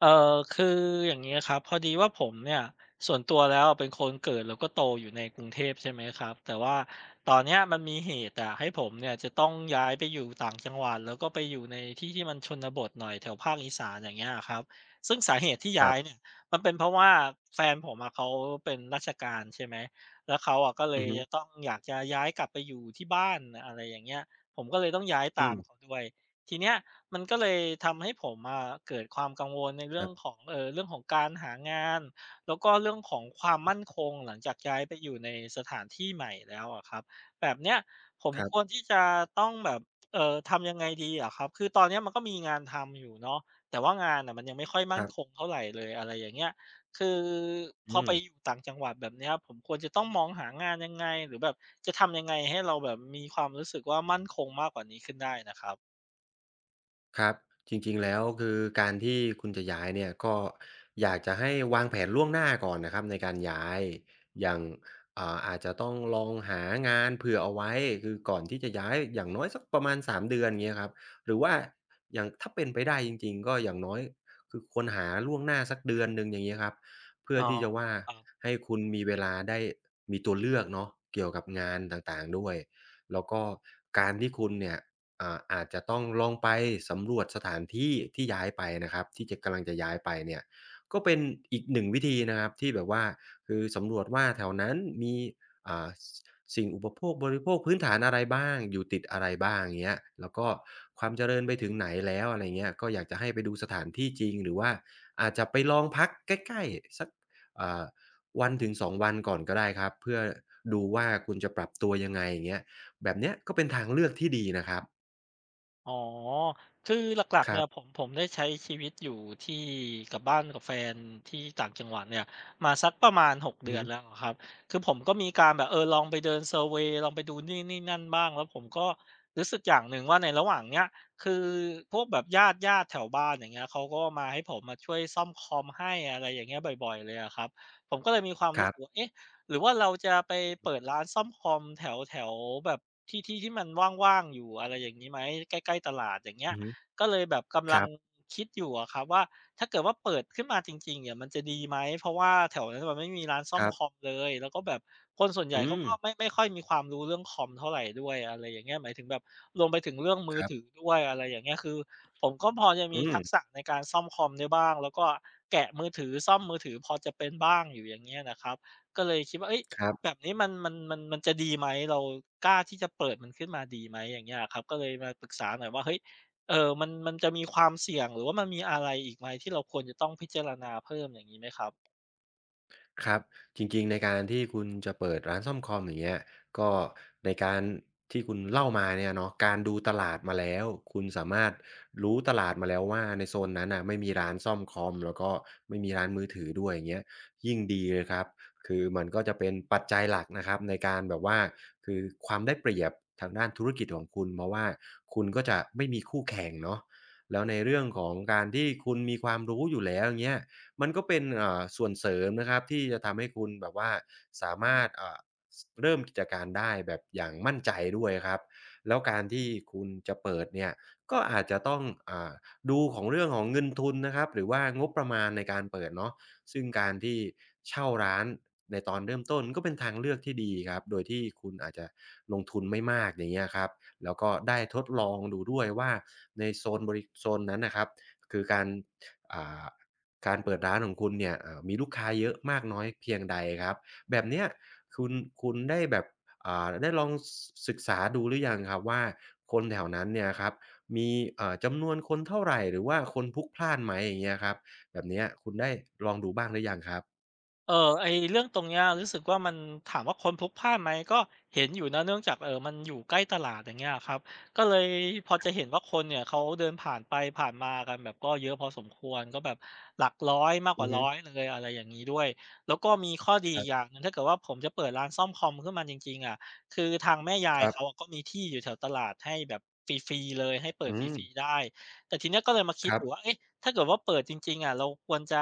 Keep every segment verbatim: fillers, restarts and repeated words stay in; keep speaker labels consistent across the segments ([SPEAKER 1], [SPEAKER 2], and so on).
[SPEAKER 1] เออคืออย่างนี้ครับพอดีว่าผมเนี่ยส่วนตัวแล้วเป็นคนเกิดแล้วก็โตอยู่ในกรุงเทพใช่ไหมครับแต่ว่าตอนเนี้ยมันมีเหตุอะให้ผมเนี่ยจะต้องย้ายไปอยู่ต่างจังหวัดแล้วก็ไปอยู่ในที่ที่มันชนบทหน่อยแถวภาคอีสานอย่างเงี้ยครับซึ่งสาเหตุที่
[SPEAKER 2] ค
[SPEAKER 1] ย้า
[SPEAKER 2] รั
[SPEAKER 1] ย
[SPEAKER 2] บ
[SPEAKER 1] เนี่ยมันเป็นเพราะว่าแฟนผมอะเขาเป็นราชการใช่ไหมแล้วเขาอะก็เล
[SPEAKER 2] อื
[SPEAKER 1] ย
[SPEAKER 2] อฮึ
[SPEAKER 1] จะต้องอยากจะย้ายกลับไปอยู่ที่บ้านอะไรอย่างเงี้ยผมก็เลยต้องย้าย
[SPEAKER 2] อื
[SPEAKER 1] ตาม
[SPEAKER 2] ม
[SPEAKER 1] เขาด้วยทีเนี้ย มันก็เลยทำให้ผมอะเกิดความกังวลใน
[SPEAKER 2] ค
[SPEAKER 1] เรื่อ
[SPEAKER 2] รั
[SPEAKER 1] ง
[SPEAKER 2] บ
[SPEAKER 1] ของเอ่อเรื่องของการหางานแล้วก็เรื่องของความมั่นคงหลังจากย้ายไปอยู่ในสถานที่ใหม่แล้วอะครับแบบเนี้ยผม
[SPEAKER 2] ครั
[SPEAKER 1] ควร
[SPEAKER 2] บ
[SPEAKER 1] ที่จะต้องแบบเอ่อทำยังไงดีเหรอครับคือตอนเนี้ยมันก็มีงานทำอยู่เนาะแต่ว่างานน่ะมันยังไม่ค่อย
[SPEAKER 2] ค
[SPEAKER 1] มั่น
[SPEAKER 2] รับ
[SPEAKER 1] คงเท่าไรเลยอะไรอย่างเงี้ยคือพอ
[SPEAKER 2] อื
[SPEAKER 1] ไป
[SPEAKER 2] ม
[SPEAKER 1] อยู่ต่างจังหวัดแบบเนี้ยผมควรจะต้องมองหางานยังไงหรือแบบจะทำยังไงให้เราแบบมีความรู้สึกว่ามั่นคงมากกว่านี้ขึ้นได้นะครับ
[SPEAKER 2] ครับจริงๆแล้วคือการที่คุณจะย้ายเนี่ยก็อยากจะให้วางแผนล่วงหน้าก่อนนะครับในการย้ายอย่างอ่าอาจจะต้องลองหางานเผื่อเอาไว้คือก่อนที่จะย้ายอย่างน้อยสักประมาณสามเดือนเงี้ยครับหรือว่าอย่างถ้าเป็นไปได้จริงๆก็อย่างน้อยคือควรหาล่วงหน้าสักเดือนหนึ่งอย่างงี้ครับเพื่อ
[SPEAKER 1] อ๋อ
[SPEAKER 2] ที่จะว่า
[SPEAKER 1] ครับ
[SPEAKER 2] ให้คุณมีเวลาได้มีตัวเลือกเนาะเกี่ยวกับงานต่างๆด้วยแล้วก็การที่คุณเนี่ย อ่าอาจจะต้องลองไปสำรวจสถานที่ที่ย้ายไปนะครับที่จะกำลังจะย้ายไปเนี่ยก็เป็นอีกหนึ่งวิธีนะครับที่แบบว่าคือสำรวจว่าแถวนั้นมีอ่าสสิ่งอุปโภคบริโภคพื้นฐานอะไรบ้างอยู่ติดอะไรบ้างเงี้ยแล้วก็ความเจริญไปถึงไหนแล้วอะไรเงี้ยก็อยากจะให้ไปดูสถานที่จริงหรือว่าอาจจะไปลองพักใกล้ๆสักอ่าวันถึงสองวันก่อนก็ได้ครับเพื่อดูว่าคุณจะปรับตัวยังไงอย่างเงี้ยแบบเนี้ยก็เป็นทางเลือกที่ดีนะครับ
[SPEAKER 1] อ๋อ คือหลัก
[SPEAKER 2] ค
[SPEAKER 1] ๆเนี่
[SPEAKER 2] รั
[SPEAKER 1] ยผ
[SPEAKER 2] บ
[SPEAKER 1] มผมได้ใช้ชีวิตอยู่ที่กับบ้านกับแฟนที่ต่างจังหวัดเนี่ยมาสักประมาณหก
[SPEAKER 2] อือ
[SPEAKER 1] เดือ
[SPEAKER 2] ฮึ
[SPEAKER 1] นแล้วอะครับ คือผมก็มีการแบบเออลองไปเดินเซอร์เวย์ลองไปดูนี่นี่นั่นบ้างแล้วผมก็รู้สึกอย่างหนึ่งว่าในระหว่างเนี้ยคือพวกแบบญาติๆแถวบ้านอย่างเงี้ยเขาก็มาให้ผมมาช่วยซ่อมคอมให้อะไรอย่างเงี้ยบ่อยๆเลยอะครับผมก็เลยมีความ
[SPEAKER 2] ค
[SPEAKER 1] รู้
[SPEAKER 2] รั
[SPEAKER 1] สึก
[SPEAKER 2] บ
[SPEAKER 1] ว่าเอ๊ะ หรือว่าเราจะไปเปิดร้านซ่อมคอมแถวแถวแบบที่ที่ที่มันว่างๆอยู่อะไรอย่างนี้ไหมใกล้ๆตลาดอย่างเงี้ย
[SPEAKER 2] อือฮึ
[SPEAKER 1] ก็เลยแบบกำ
[SPEAKER 2] ค
[SPEAKER 1] ลั
[SPEAKER 2] รั
[SPEAKER 1] ง
[SPEAKER 2] บ
[SPEAKER 1] คิดอยู่อะครับว่าถ้าเกิดว่าเปิดขึ้นมาจริงๆเนี่ยมันจะดีไหมเพราะว่าแถวนั้นมันไม่มีร้านซ่อ
[SPEAKER 2] ค
[SPEAKER 1] ม
[SPEAKER 2] รั
[SPEAKER 1] คอ
[SPEAKER 2] บ
[SPEAKER 1] มเลยแล้วก็แบบคนส่วนใหญ่
[SPEAKER 2] อื
[SPEAKER 1] เขา
[SPEAKER 2] ม
[SPEAKER 1] ก็ไม่ไม่ค่อยมีความรู้เรื่องคอมเท่าไรด้วยอะไรอย่างเงี้ยหมายถึงแบบรวมไปถึงเรื่องมื
[SPEAKER 2] ค
[SPEAKER 1] อ
[SPEAKER 2] รั
[SPEAKER 1] ถือ
[SPEAKER 2] บ
[SPEAKER 1] ด้วยอะไรอย่างเงี้ยคือผมก็พอจะ
[SPEAKER 2] อื
[SPEAKER 1] มีทั
[SPEAKER 2] ม
[SPEAKER 1] กษะในการซ่อมคอมได้บ้างแล้วก็แกะมือถือซ่อมมือถือพอจะเป็นบ้างอยู่อย่างเงี้ยนะครับ ก็เลยคิดว่าเฮ้ย
[SPEAKER 2] ครั
[SPEAKER 1] แบ
[SPEAKER 2] บ
[SPEAKER 1] บนี้มันมันมันมันจะดีไหม เรากล้าที่จะเปิดมันขึ้นมาดีไหม อย่างเงี้ยอะครับ ก็เลยมาปรึกษาหน่อยว่าเฮ้ยเอ่อมันมันจะมีความเสี่ยงหรือว่ามันมีอะไรอีกไหมที่เราควรจะต้องพิจารณาเพิ่มอย่างงี้ไหมครับ
[SPEAKER 2] ครับจริงๆในการที่คุณจะเปิดร้านซ่อมคอมอย่างเงี้ยก็ในการที่คุณเล่ามาเนี่ยเนาะการดูตลาดมาแล้วคุณสามารถรู้ตลาดมาแล้วว่าในโซนนั้นน่ะไม่มีร้านซ่อมคอมแล้วก็ไม่มีร้านมือถือด้วยอย่างเงี้ยยิ่งดีเลยครับคือมันก็จะเป็นปัจจัยหลักนะครับในการแบบว่าคือความได้เปรียบทางด้านธุรกิจของคุณเพราะว่าคุณก็จะไม่มีคู่แข่งเนาะแล้วในเรื่องของการที่คุณมีความรู้อยู่แล้วอย่างเงี้ย มันก็เป็นเอ่อส่วนเสริมนะครับที่จะทำให้คุณแบบว่าสามารถเอ่อเริ่มกิจการได้แบบอย่างมั่นใจด้วยครับแล้วการที่คุณจะเปิดเนี่ยก็อาจจะต้องอาดูของเรื่องของเงินทุนนะครับหรือว่างบประมาณในการเปิดเนาะซึ่งการที่เช่าร้านในตอนเริ่มต้นก็เป็นทางเลือกที่ดีครับโดยที่คุณอาจจะลงทุนไม่มากอย่างเงี้ยครับแล้วก็ได้ทดลองดูด้วยว่าในโซนบริโซนนั้นนะครับคือการอ่า การเปิดร้านของคุณเนี่ยอ่ามีลูกค้าเยอะมากน้อยเพียงใดครับแบบเนี้ยคุณคุณได้แบบอ่าได้ลองศศึกษาดูหรือยังครับว่าคนแถวนั้นเนี่ยครับมีเอ่อจำนวนคนเท่าไรหรือว่าคนพลุกพล่านไหมอย่างเงี้ยครับแบบเนี้ยคุณได้ลองดูบ้างหรือยังครับ
[SPEAKER 1] เออไอเรื่องตรงเนี้ยรู้สึกว่ามันถามว่าคนพลุกพล่านไหมก็เห็นอยู่นะเนื่องจากเออมันอยู่ใกล้ตลาดอย่างเงี้ยครับก็เลยพอจะเห็นว่าคนเนี่ยเขาเดินผ่านไปผ่านมากันแบบก็เยอะพอสมควรก็แบบหลักร้อยมากก
[SPEAKER 2] อื
[SPEAKER 1] ว่า
[SPEAKER 2] อฮึ
[SPEAKER 1] ร้อยเลยอะไรอย่างนี้ด้วยแล้วก็มีข้อดี
[SPEAKER 2] ค
[SPEAKER 1] อี
[SPEAKER 2] รั
[SPEAKER 1] กอ
[SPEAKER 2] บ
[SPEAKER 1] ย่างหนึงถ้าเกิดว่าผมจะเปิดร้านซ่อมคอมขึ้นมาจริงๆอะคือทางแม่ยา
[SPEAKER 2] ค
[SPEAKER 1] ย
[SPEAKER 2] รับ
[SPEAKER 1] เขาอะก็มีที่อยู่แถวตลาดให้แบบฟรีๆเลยให้เปิด
[SPEAKER 2] อื
[SPEAKER 1] ฟ
[SPEAKER 2] ม
[SPEAKER 1] รีๆได้แต่ทีเนี้ยก็เลยมาคิ
[SPEAKER 2] ค
[SPEAKER 1] ด
[SPEAKER 2] รั
[SPEAKER 1] อ
[SPEAKER 2] บ
[SPEAKER 1] ยู่ว่าเอ๊ะ ถ้าเกิดว่าเปิดจริงๆอะเราควรจะ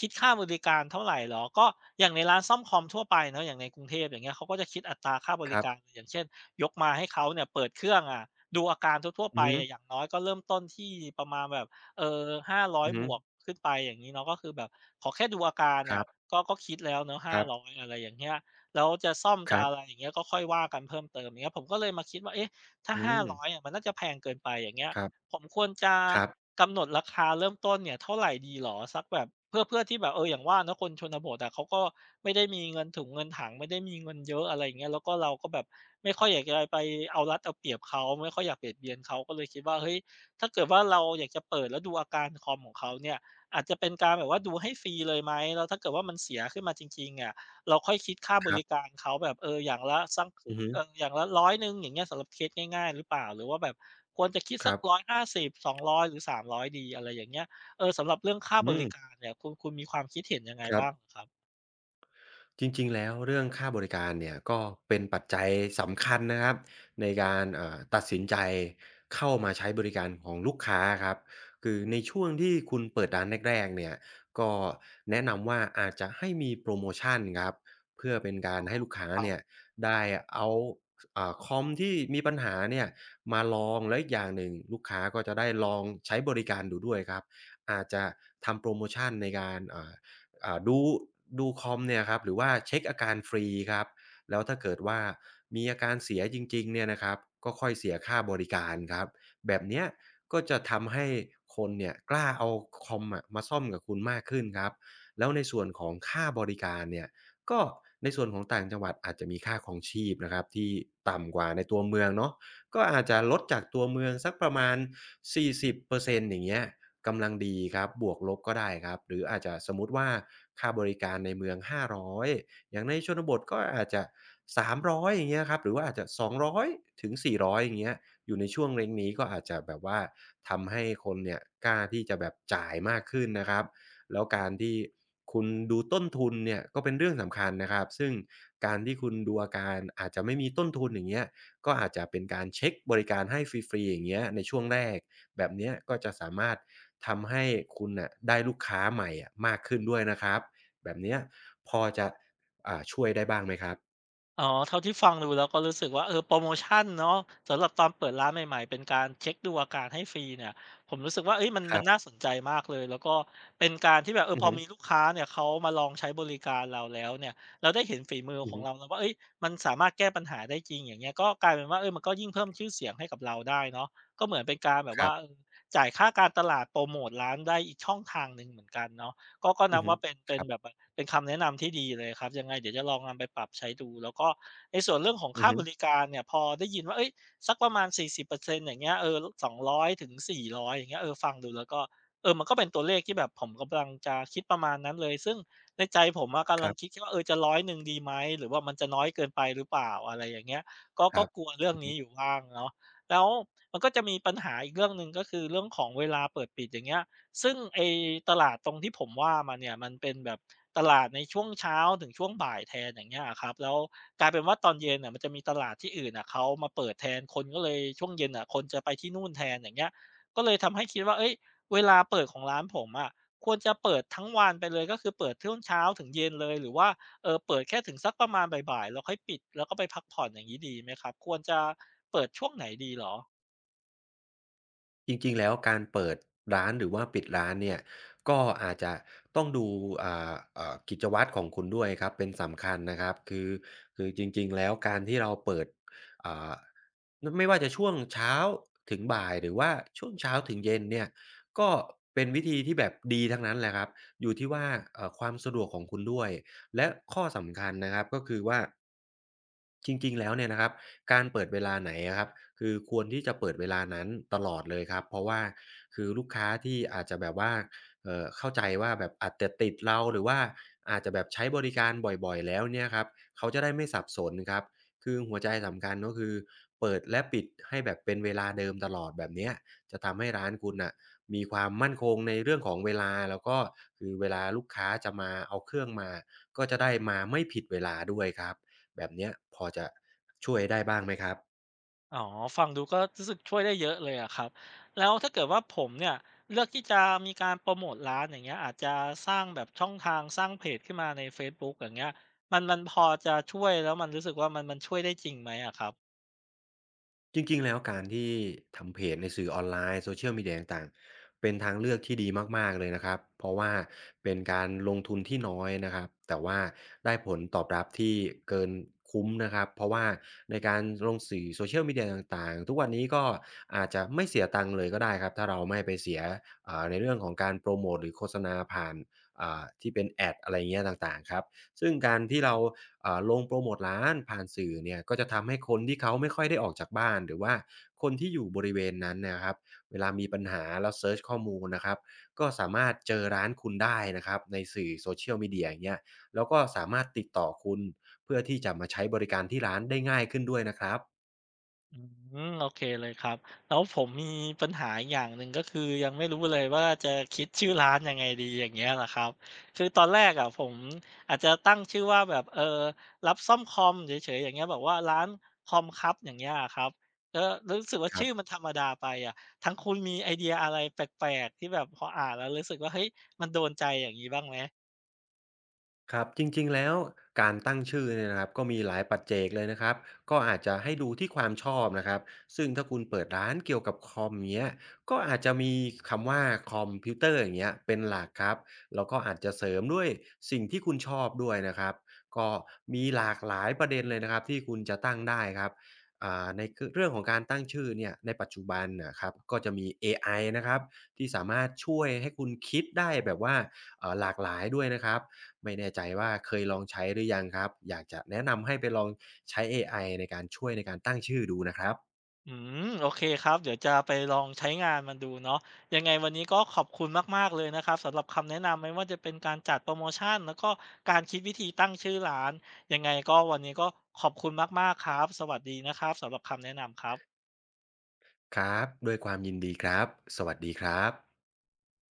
[SPEAKER 1] คิดค่าบริการเท่าไรเหรอ ก็อย่างในร้านซ่อมคอมทั่วไปเนาะอย่างในกรุงเทพอย่างเงี้ยเขาก็จะคิดอัตราค่าบ
[SPEAKER 2] ค
[SPEAKER 1] ริ
[SPEAKER 2] รั
[SPEAKER 1] การ
[SPEAKER 2] บ
[SPEAKER 1] อย่างเช่นยกมาให้เขาเนี่ยเปิดเครื่องอะดูอาการทั่วๆ
[SPEAKER 2] อื
[SPEAKER 1] ไป
[SPEAKER 2] อฮึ
[SPEAKER 1] อะอย่างน้อยก็เริ่มต้นที่ประมาณแบบเอ่อห้าร้อ
[SPEAKER 2] อื
[SPEAKER 1] ย
[SPEAKER 2] อฮึ
[SPEAKER 1] บวกขึ้นไปอย่างงี้เนาะก็คือแบบขอแค่ดูอาการ
[SPEAKER 2] ค
[SPEAKER 1] เนี่
[SPEAKER 2] รั
[SPEAKER 1] ย
[SPEAKER 2] บ
[SPEAKER 1] ก็ก็คิดแล้วเนาะ
[SPEAKER 2] ค
[SPEAKER 1] ห้า
[SPEAKER 2] รับ
[SPEAKER 1] ร้อยอะไรอย่างเงี้ยแล้วจะซ่อม
[SPEAKER 2] ค
[SPEAKER 1] จะ
[SPEAKER 2] รั
[SPEAKER 1] อะไร
[SPEAKER 2] บ
[SPEAKER 1] อย่างเงี้ยก็ค่อยว่ากันเพิ่มเติมอย่างเงี้ยผมก็เลยมาคิดว่าเอ๊ะถ้า
[SPEAKER 2] อืม
[SPEAKER 1] ห้าร้อยอยอะมันน่าจะแพงเกินไปอย่างเงี้ย
[SPEAKER 2] ครับ
[SPEAKER 1] ผมควรจะ
[SPEAKER 2] ครับ
[SPEAKER 1] กำหนดราคาเริ่มต้นเนี่ยเท่าไรดีเหรอสักแบบเพื่อเพื่อที่แบบเอออย่างว่าเนาะคนชนบทอะเขาก็ไม่ได้มีเงินถุงเงินถังไม่ได้มีเงินเยอะอะไรอย่างเงี้ยแล้วก็เราก็แบบไม่ค่อยอยากจะไปเอารัดเอาเปรียบเขาไม่ค่อยอยากเบียดเบียนเขาก็เลยคิดว่าเฮ้ยถ้าเกิดว่าเราอยากจะเปิดแล้วดูอาการคอมของเขาเนี่ยอาจจะเป็นการแบบว่าดูให้ฟรีเลยไหมแล้วถ้าเกิดว่ามันเสียขึ้นมาจริงๆอะเราค่อยคิดค่าบ
[SPEAKER 2] ครั
[SPEAKER 1] ริ
[SPEAKER 2] บ
[SPEAKER 1] การเขาแบบเอออย่างละสัก
[SPEAKER 2] อือฮึ
[SPEAKER 1] เอ่ออย่างละร้อยหนึ่งอย่างเงี้ยสำหรับเคสง่ายๆหรือเปล่าหรือว่าแบบควรจะคิด
[SPEAKER 2] ค
[SPEAKER 1] สัก
[SPEAKER 2] รับ
[SPEAKER 1] หนึ่งร้อยห้าสิบ สองร้อยหาสิบสองรอยหรือสามร้อยดีอะไรอย่างเงี้ยเออสำหรับเรื่องค่า
[SPEAKER 2] อื
[SPEAKER 1] บ
[SPEAKER 2] ม
[SPEAKER 1] ริการเนี่ยคุณคุณมีความคิดเห็นยังไง
[SPEAKER 2] ครับ
[SPEAKER 1] บ้างครับ
[SPEAKER 2] จริงๆแล้วเรื่องค่าบริการเนี่ยก็เป็นปัจจัยสำคัญนะครับในการอ่าตัดสินใจเข้ามาใช้บริการของลูกค้าครับคือในช่วงที่คุณเปิดร้านแรกๆเนี่ยก็แนะนำว่าอาจจะให้มีโพรโมชันครับเพื่อเป็นกา
[SPEAKER 1] อ๋
[SPEAKER 2] ร
[SPEAKER 1] อ
[SPEAKER 2] ให้ลูกค้า
[SPEAKER 1] ครับ
[SPEAKER 2] เนี่ยได้เอาสอ่าคอมที่มีปัญหาเนี่ยมาลองและอีกอย่างหนึ่งลูกค้าก็จะได้ลองใช้บริการดูด้วยครับอาจจะทำโพรโมชันในการอ่า อ่าดูดูคอมเนี่ยครับหรือว่าเช็กอาการฟรีครับแล้วถ้าเกิดว่ามีอาการเสียจริงๆเนี่ยนะครับก็ค่อยเสียค่าบริการครับแบบเนี้ยก็จะทำให้คนเนี่ยกล้าเอาคอมอะมาซ่อมกับคุณมากขึ้นครับแล้วในส่วนของค่าบริการเนี่ยก็ในส่วนของต่างจังหวัดอาจจะมีค่าครองชีพนะครับที่ต่ำกว่าในตัวเมืองเนาะ ก็อาจจะลดจากตัวเมืองสักประมาณ สี่สิบเปอร์เซ็นต์อร์เซ็นต์อย่างเงี้ยกำลังดีครับบวกลบก็ได้ครับหรืออาจจะสมมุติว่าค่าบริการในเมืองห้าร้อยอยอย่างในชนบทก็อาจจะ สามร้อยอยอย่างเงี้ยครับหรือว่าอาจจะ สองร้อยถึงสี่ร้อยองร้อยถึงสี่ร้อยอย่างเงี้ย อยู่ในช่วงเร็งนี้ก็อาจจะแบบว่าทำให้คนเนี่ยกล้าที่จะแบบจ่ายมากขึ้นนะครับ แล้วการที่คุณดูต้นทุนเนี่ยก็เป็นเรื่องสำคัญนะครับซึ่งการที่คุณดูอาการอาจจะไม่มีต้นทุนอย่างเงี้ยก็อาจจะเป็นการเช็กบริการให้ฟรีๆอย่างเงี้ยในช่วงแรกแบบเนี้ยก็จะสามารถทำให้คุณน่ะได้ลูกค้าใหม่อะมากขึ้นด้วยนะครับแบบเนี้ยพอจะอ่าช่วยได้บ้างไหมครับ
[SPEAKER 1] อ๋อเท่าที่ฟังดูแล้วก็รู้สึกว่าเออโพรโมชันเนาะสำหรับตอนเปิดร้านใหม่ๆเป็นการเช็กดูอาการให้ฟรีเนี่ยผมรู้สึกว่าเฮ้ยมัน
[SPEAKER 2] ค
[SPEAKER 1] มั
[SPEAKER 2] รั
[SPEAKER 1] นน่า
[SPEAKER 2] บ
[SPEAKER 1] สนใจมากเลยแล้วก็เป็นการที่แบบเออ
[SPEAKER 2] อือ
[SPEAKER 1] พอ
[SPEAKER 2] ฮึ
[SPEAKER 1] มีลูกค้าเนี่ยเขามาลองใช้บริการเราแล้วเนี่ยเราได้เห็นฝีมือของเราแล้วว่าเฮ้ยมันสามารถแก้ปัญหาได้จริงอย่างเงี้ยก็กลายเป็นว่าเออมันก็ยิ่งเพิ่มชื่อเสียงให้กับเราได้เนาะก็เหมือนเป็นการแบบ
[SPEAKER 2] ครั
[SPEAKER 1] ว่าเอ
[SPEAKER 2] บ
[SPEAKER 1] อจ่ายค่าการตลาดโพรโมตร้านได้อีกช่องทางหนึ่งเหมือนกันเนาะก็ก็
[SPEAKER 2] อื
[SPEAKER 1] นั
[SPEAKER 2] อ
[SPEAKER 1] บ
[SPEAKER 2] ฮึ
[SPEAKER 1] ว่าเป็นเป็
[SPEAKER 2] ค
[SPEAKER 1] น
[SPEAKER 2] รับ
[SPEAKER 1] แบบ เป็นคำแนะนำที่ดีเลยครับยังไงเดี๋ยวจะลองนำไปปรับใช้ดูแล้วก็ในส่วนเรื่องของ
[SPEAKER 2] อือ
[SPEAKER 1] ค่า
[SPEAKER 2] ฮึ
[SPEAKER 1] บริการเนี่ยพอได้ยินว่าเฮ้ยสักประมาณสี่สิบเปอร์เซ็นต์อร์เซ็นต์อย่างเงี้ยเออสองร้อยถึงสี่ร้อยองร้อยถึงสี่ร้อยอย่างเงี้ยเออฟังดูแล้วก็เออมันก็เป็นตัวเลขที่แบบผมกำลังจะคิดประมาณนั้นเลยซึ่งในใจผมอะ
[SPEAKER 2] ค
[SPEAKER 1] กำลั
[SPEAKER 2] รั
[SPEAKER 1] ง
[SPEAKER 2] บอือ
[SPEAKER 1] คิ
[SPEAKER 2] ฮึ
[SPEAKER 1] ด
[SPEAKER 2] ครับ
[SPEAKER 1] แค่ว่าเออจะร้อยหนึ่งดีไหมหรือว่ามันจะน้อยเกินไปหรือเปล่าอะไรอย่างเงี้ยก็
[SPEAKER 2] ค
[SPEAKER 1] ก็
[SPEAKER 2] รับ
[SPEAKER 1] กลัวเรื่อง
[SPEAKER 2] อือฮึ
[SPEAKER 1] นี้อยู่บ้างเนาะแล้วมันก็จะมีปัญหาอีกเรื่องหนึ่งก็คือเรื่องของเวลาเปิดปิดอย่างเงี้ย ซึ่งไอ้ตลาดตรงที่ผมว่ามาเนี่ยมันเป็นแบบตลาดในช่วงเช้าถึงช่วงบ่ายแทนอย่างเงี้ยอะครับแล้วกลายเป็นว่าตอนเย็นน่ะมันจะมีตลาดที่อื่นน่ะเขามาเปิดแทนคนก็เลยช่วงเย็นน่ะคนจะไปที่นู่นแทนอย่างเงี้ยก็เลยทำให้คิดว่าเฮ้ยเวลาเปิดของร้านผมอะควรจะเปิดทั้งวันไปเลยก็คือเปิดช่วงเช้าถึงเย็นเลยหรือว่าเอ่อเปิดแค่ถึงสักประมาณบ่ายๆแล้วค่อยปิดแล้วก็ไปพักผ่อนอย่างงี้ดีไหมครับควรจะเปิดช่วงไหนดีเหรอ
[SPEAKER 2] จริงๆแล้วการเปิดร้านหรือว่าปิดร้านเนี่ยก็อาจจะต้องดูอ่าเอ่อกิจวัตรของคุณด้วยครับเป็นสำคัญนะครับคือคือจริงๆแล้วการที่เราเปิดอ่านไม่ว่าจะช่วงเช้าถึงบ่ายหรือว่าช่วงเช้าถึงเย็นเนี่ยก็เป็นวิธีที่แบบดีทั้งนั้นแหละครับอยู่ที่ว่าเอ่อความสะดวกของคุณด้วยและข้อสำคัญนะครับก็คือว่าจริงๆแล้วเนี่ยนะครับ การเปิดเวลาไหนอะครับคือควรที่จะเปิดเวลานั้นตลอดเลยครับเพราะว่าคือลูกค้าที่อาจจะแบบว่าเอ่อเข้าใจว่าแบบอาจจะติดเราหรือว่าอาจจะแบบใช้บริการบ่อยๆแล้วเนี่ยครับเขาจะได้ไม่สับสนครับคือหัวใจสำคัญก็คือเปิดและปิดให้แบบเป็นเวลาเดิมตลอดแบบเนี้ยจะทำให้ร้านคุณน่ะมีความมั่นคงในเรื่องของเวลาแล้วก็คือเวลาลูกค้าจะมาเอาเครื่องมาก็จะได้มาไม่ผิดเวลาด้วยครับ แบบเนี้ยพอจะช่วยได้บ้างไหมครับ
[SPEAKER 1] อ๋อฟังดูก็รู้สึกช่วยได้เยอะเลยอะครับแล้วถ้าเกิดว่าผมเนี่ยเลือกที่จะมีการโปรโมทร้านอย่างเงี้ยอาจจะสร้างแบบช่องทางสร้างเพจขึ้นมาใน Facebook อย่างเงี้ยมันมันพอจะช่วยแล้วมันรู้สึกว่ามันมันช่วยได้จริงไหมอะครับ
[SPEAKER 2] จริงๆแล้วการที่ทำเพจในสื่อออนไลน์ Social Media ต่างๆเป็นทางเลือกที่ดีมากๆเลยนะครับเพราะว่าเป็นการลงทุนที่น้อยนะครับแต่ว่าได้ผลตอบรับที่เกินคุ้มนะครับเพราะว่าในการลงสื่อ Social Media ต่างๆทุกวันนี้ก็อาจจะไม่เสียตังค์เลยก็ได้ครับถ้าเราไม่ไปเสียอ่าในเรื่องของการโพรโมตหรือโฆษณาผ่านอ่าที่เป็นแอดอะไรเงี้ยต่างๆครับซึ่งการที่เรา อ่าลงโปรโมตร้านผ่านสื่อเนี่ยก็จะทำให้คนที่เขาไม่ค่อยได้ออกจากบ้านหรือว่าคนที่อยู่บริเวณนั้นเนะครับเวลามีปัญหาแล้วเซิร์ชข้อมูลนะครับก็สามารถเจอร้านคุณได้นะครับในสื่อ Social Media อย่างเงี้ยแล้วก็สามารถติดต่อคุณเพื่อที่จะมาใช้บริการที่ร้านได้ง่ายขึ้นด้วยนะครับ
[SPEAKER 1] อืมโอเคเลยครับแล้วผมมีปัญหาอีกอย่างหนึ่งก็คือยังไม่รู้เลยว่าจะคิดชื่อร้านยังไงดีอย่างเงี้ยเหรอครับคือตอนแรกอะผมอาจจะตั้งชื่อว่าแบบเออรับซ่อมคอมเฉยๆอย่างเงี้ยแบบว่าร้านคอมครับอย่างเงี้ยครับก็รู้สึกว่า
[SPEAKER 2] ครั
[SPEAKER 1] ชื่อ
[SPEAKER 2] บ
[SPEAKER 1] มันธรรมดาไปอะท้งคุณมีไอเดียอะไรแปลกๆที่แบบพออ่านแล้วรู้สึกว่าเฮ้ยมันโดนใจอย่างนี้บ้างไหม
[SPEAKER 2] ครับจริงๆแล้วการตั้งชื่อเนี่ยนะครับก็มีหลายปัจเจกเลยนะครับก็อาจจะให้ดูที่ความชอบนะครับซึ่งถ้าคุณเปิดร้านเกี่ยวกับคอมเงี้ยก็อาจจะมีคำว่าคอมพิวเตอร์อย่างเงี้ยเป็นหลักครับแล้วก็อาจจะเสริมด้วยสิ่งที่คุณชอบด้วยนะครับก็มีหลากหลายประเด็นเลยนะครับที่คุณจะตั้งได้ครับอ่าในเรื่องของการตั้งชื่อเนี่ยในปัจจุบันนะครับก็จะมีเอไอนะครับที่สามารถช่วยให้คุณคิดได้แบบว่าเอ่อหลากหลายด้วยนะครับ ไม่แน่ใจว่าเคยลองใช้หรือยังครับ อยากจะแนะนำให้ไปลองใช้เอไอในการช่วยในการตั้งชื่อดูนะครับ
[SPEAKER 1] อืมโอเคครับเดี๋ยวจะไปลองใช้งานมันดูเนาะยังไงวันนี้ก็ขอบคุณมากๆเลยนะครับสำหรับคำแนะนำไม่ว่าจะเป็นการจัดโปรโมชันแล้วก็การคิดวิธีตั้งชื่อร้านยังไงก็วันนี้ก็ขอบคุณมากๆครับสวัสดีนะครับสำหรับคำแนะนำครับ
[SPEAKER 2] ครับด้วยความยินดีครับ สวัสดีครับ